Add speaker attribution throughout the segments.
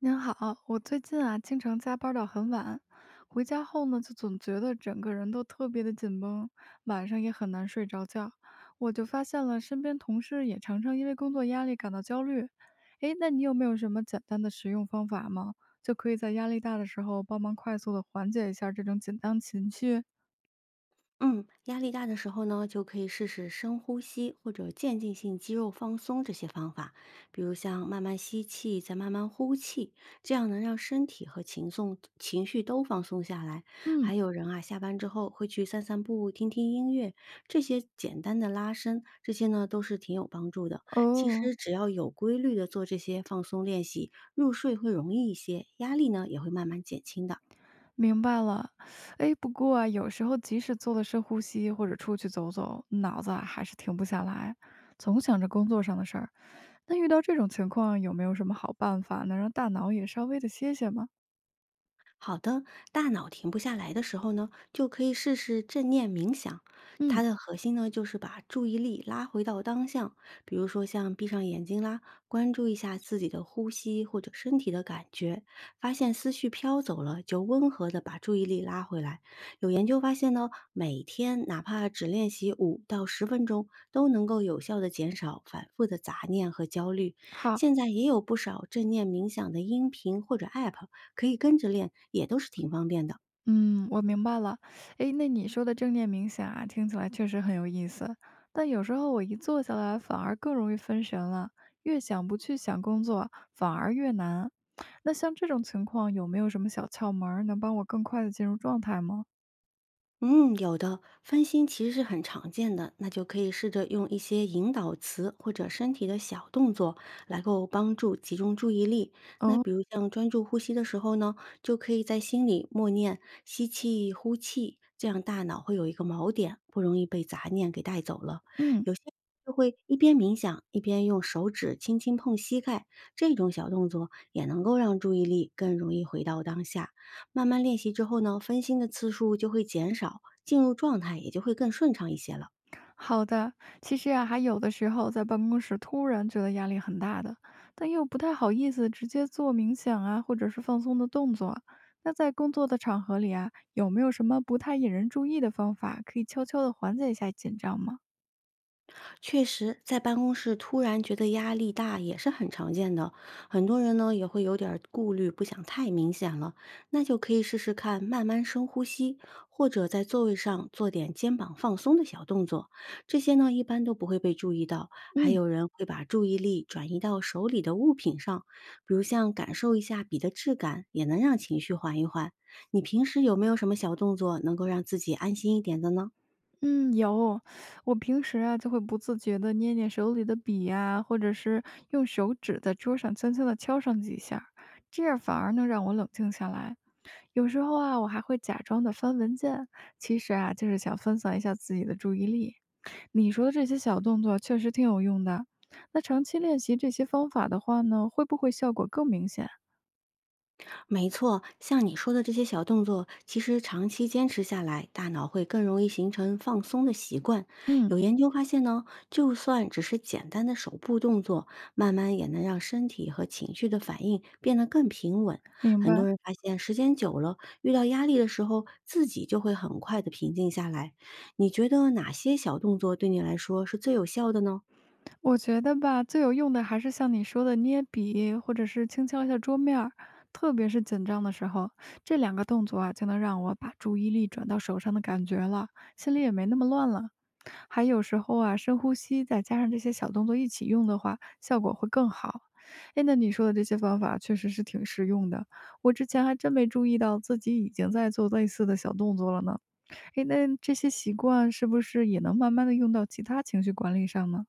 Speaker 1: 您好，我最近啊经常加班到很晚，回家后呢就总觉得整个人都特别的紧绷，晚上也很难睡着觉。我就发现了身边同事也常常因为工作压力感到焦虑。诶，那你有没有什么简单的实用方法吗？就可以在压力大的时候帮忙快速的缓解一下这种紧张情绪？
Speaker 2: 嗯，压力大的时候呢，就可以试试深呼吸或者渐进性肌肉放松这些方法，比如像慢慢吸气，再慢慢呼气，这样能让身体和情绪都放松下来。
Speaker 1: 嗯，
Speaker 2: 还有人啊，下班之后会去散散步、听听音乐，这些简单的拉伸，这些呢都是挺有帮助的。其
Speaker 1: 哦。
Speaker 2: 实只要有规律的做这些放松练习，入睡会容易一些，压力呢也会慢慢减轻的。
Speaker 1: 明白了，哎，不过啊，有时候即使做了深呼吸或者出去走走，脑子啊还是停不下来，总想着工作上的事儿。那遇到这种情况，有没有什么好办法能让大脑也稍微的歇歇吗？
Speaker 2: 好的，大脑停不下来的时候呢，就可以试试正念冥想。它
Speaker 1: 嗯，
Speaker 2: 的核心呢，就是把注意力拉回到当下，比如说像闭上眼睛啦，关注一下自己的呼吸或者身体的感觉，发现思绪飘走了，就温和的把注意力拉回来。有研究发现呢，每天哪怕只练习5到10分钟，都能够有效的减少反复的杂念和焦虑。
Speaker 1: 好，
Speaker 2: 现在也有不少正念冥想的音频或者 App。可以跟着练，也都是挺方便的。
Speaker 1: 嗯，我明白了。诶，那你说的正念冥想啊，听起来确实很有意思，但有时候我一坐下来反而更容易分神了，越想不去想工作，反而越难。那像这种情况，有没有什么小窍门儿能帮我更快的进入状态吗？
Speaker 2: 嗯，有的，分心其实是很常见的，那就可以试着用一些引导词或者身体的小动作来够帮助集中注意力。那
Speaker 1: 哦，
Speaker 2: 比如像专注呼吸的时候呢，就可以在心里默念吸气、呼气，这样大脑会有一个锚点，不容易被杂念给带走了。
Speaker 1: 嗯。
Speaker 2: 有些人就会一边冥想一边用手指轻轻碰膝盖，这种小动作也能够让注意力更容易回到当下。慢慢练习之后呢，分心的次数就会减少，进入状态也就会更顺畅一些了。
Speaker 1: 好的，其实啊，还有的时候在办公室突然觉得压力很大的，但又不太好意思直接做冥想啊，或者是放松的动作。那在工作的场合里啊，有没有什么不太引人注意的方法，可以悄悄的缓解一下紧张吗？
Speaker 2: 确实，在办公室突然觉得压力大也是很常见的，很多人呢也会有点儿顾虑，不想太明显了。那就可以试试看，慢慢深呼吸，或者在座位上做点肩膀放松的小动作。这些呢一般都不会被注意到。还
Speaker 1: 嗯，
Speaker 2: 有人会把注意力转移到手里的物品上，比如像感受一下笔的质感，也能让情绪缓一缓。你平时有没有什么小动作能够让自己安心一点的呢？
Speaker 1: 嗯，有。我平时啊，就会不自觉的捏捏手里的笔呀、或者是用手指在桌上轻轻的敲上几下，这样反而能让我冷静下来。有时候啊，我还会假装的翻文件，其实啊，就是想分散一下自己的注意力。你说的这些小动作确实挺有用的。那长期练习这些方法的话呢，会不会效果更明显？
Speaker 2: 没错，像你说的这些小动作，其实长期坚持下来，大脑会更容易形成放松的习惯。
Speaker 1: 嗯，
Speaker 2: 有研究发现呢，就算只是简单的手部动作，慢慢也能让身体和情绪的反应变得更平稳。
Speaker 1: 明
Speaker 2: 很
Speaker 1: 白。
Speaker 2: 多人发现，时间久了，遇到压力的时候，自己就会很快的平静下来。你觉得哪些小动作对你来说是最有效的呢？
Speaker 1: 我觉得吧，最有用的还是像你说的捏笔，或者是轻敲一下桌面儿，特别是紧张的时候，这两个动作啊，就能让我把注意力转到手上的感觉了，心里也没那么乱了。还有时候啊，深呼吸再加上这些小动作一起用的话，效果会更好。哎，那你说的这些方法确实是挺实用的，我之前还真没注意到自己已经在做类似的小动作了呢。哎，那这些习惯是不是也能慢慢的用到其他情绪管理上呢？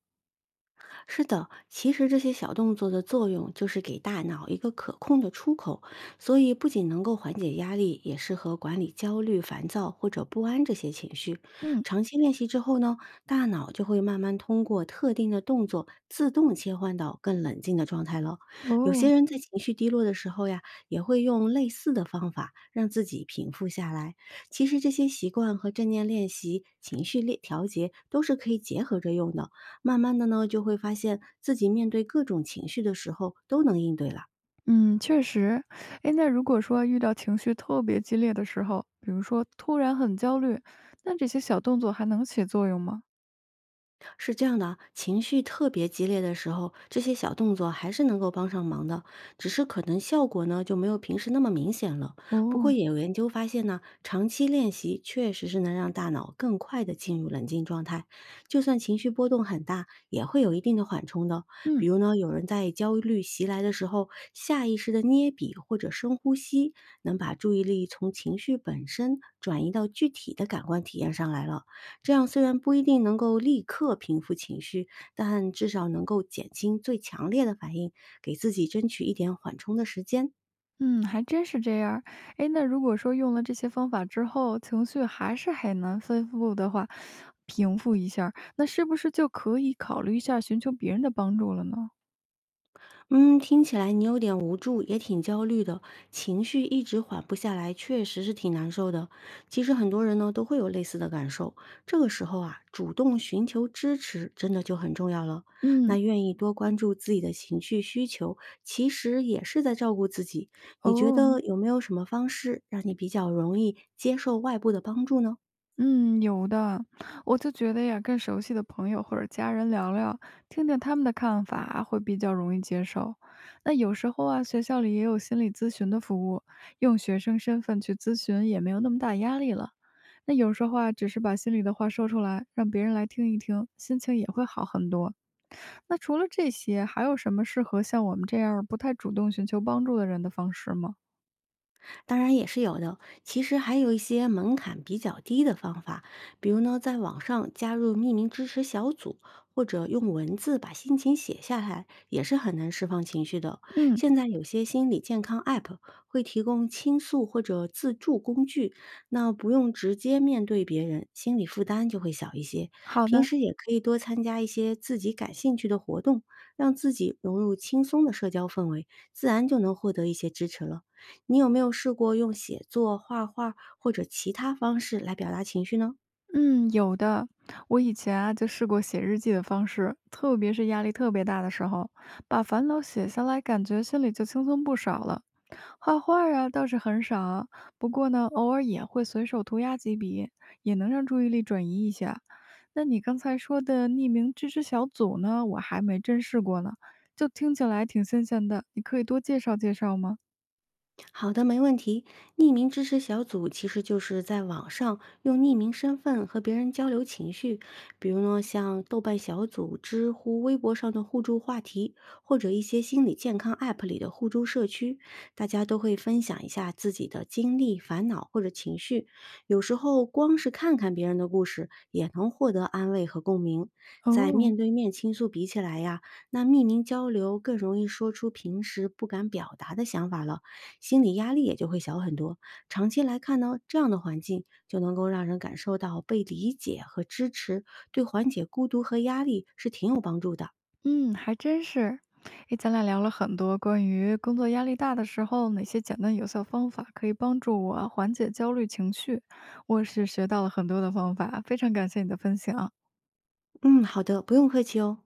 Speaker 2: 是的，其实这些小动作的作用就是给大脑一个可控的出口，所以不仅能够缓解压力，也适合管理焦虑、烦躁或者不安这些情绪。
Speaker 1: 嗯，
Speaker 2: 长期练习之后呢，大脑就会慢慢通过特定的动作自动切换到更冷静的状态了。有
Speaker 1: 哦，
Speaker 2: 些人在情绪低落的时候呀，也会用类似的方法让自己平复下来。其实这些习惯和正念练习、情绪练调节都是可以结合着用的。慢慢的呢，就会发现自己面对各种情绪的时候都能应对了。
Speaker 1: 嗯，确实。哎，那如果说遇到情绪特别激烈的时候，比如说突然很焦虑，那这些小动作还能起作用吗？
Speaker 2: 是这样的啊情绪特别激烈的时候，这些小动作还是能够帮上忙的，只是可能效果呢就没有平时那么明显了。不过
Speaker 1: 哦，
Speaker 2: 也有研究发现呢，长期练习确实是能让大脑更快的进入冷静状态，就算情绪波动很大，也会有一定的缓冲的。比
Speaker 1: 嗯。
Speaker 2: 如呢，有人在焦虑袭来的时候，下意识的捏笔或者深呼吸，能把注意力从情绪本身转移到具体的感官体验上来了。这样虽然不一定能够立刻平复情绪，但至少能够减轻最强烈的反应，给自己争取一点缓冲的时间。
Speaker 1: 嗯，还真是这样儿。诶，那如果说用了这些方法之后，情绪还是很难恢复的话，平复一下儿那是不是就可以考虑一下寻求别人的帮助了呢？
Speaker 2: 嗯，听起来你有点无助，也挺焦虑的，情绪一直缓不下来，确实是挺难受的。其实很多人呢都会有类似的感受，这个时候啊，主动寻求支持真的就很重要了。那
Speaker 1: 嗯，
Speaker 2: 愿意多关注自己的情绪需求，其实也是在照顾自己。你觉得
Speaker 1: 哦，
Speaker 2: 有没有什么方式让你比较容易接受外部的帮助呢？
Speaker 1: 嗯，有的，我就觉得呀，跟熟悉的朋友或者家人聊聊，听听他们的看法，会比较容易接受。那有时候啊，学校里也有心理咨询的服务，用学生身份去咨询也没有那么大压力了。那有时候啊，只是把心里的话说出来，让别人来听一听，心情也会好很多。那除了这些，还有什么适合像我们这样不太主动寻求帮助的人的方式吗？
Speaker 2: 当然也是有的。其实还有一些门槛比较低的方法，比如呢，在网上加入匿名支持小组，或者用文字把心情写下来，也是很难释放情绪的。
Speaker 1: 嗯，
Speaker 2: 现在有些心理健康 App 会提供倾诉或者自助工具，那不用直接面对别人，心理负担就会小一些。
Speaker 1: 好
Speaker 2: 平
Speaker 1: 的。
Speaker 2: 时也可以多参加一些自己感兴趣的活动，让自己融入轻松的社交氛围，自然就能获得一些支持了。你有没有试过用写作、画画或者其他方式来表达情绪呢？
Speaker 1: 嗯，有的。我以前啊就试过写日记的方式，特别是压力特别大的时候，把烦恼写下来，感觉心里就轻松不少了。画画儿啊倒是很少，不过呢，偶尔也会随手涂鸦几笔，也能让注意力转移一下。那你刚才说的匿名支持小组呢，我还没真试过呢，就听起来挺新鲜的，你可以多介绍介绍吗？
Speaker 2: 好的，没问题。匿名支持小组其实就是在网上用匿名身份和别人交流情绪，比如呢，像豆瓣小组、知乎、微博上的互助话题，或者一些心理健康 App 里的互助社区，大家都会分享一下自己的经历、烦恼或者情绪。有时候光是看看别人的故事，也能获得安慰和共鸣。在
Speaker 1: 哦，
Speaker 2: 面对面倾诉比起来呀，那匿名交流更容易说出平时不敢表达的想法了。心理压力也就会小很多。长期来看呢，这样的环境就能够让人感受到被理解和支持，对缓解孤独和压力是挺有帮助的。
Speaker 1: 嗯，还真是。诶，咱俩聊了很多关于工作压力大的时候，哪些简单有效方法可以帮助我缓解焦虑情绪。我是学到了很多的方法，非常感谢你的分享。
Speaker 2: 嗯，好的，不用客气哦。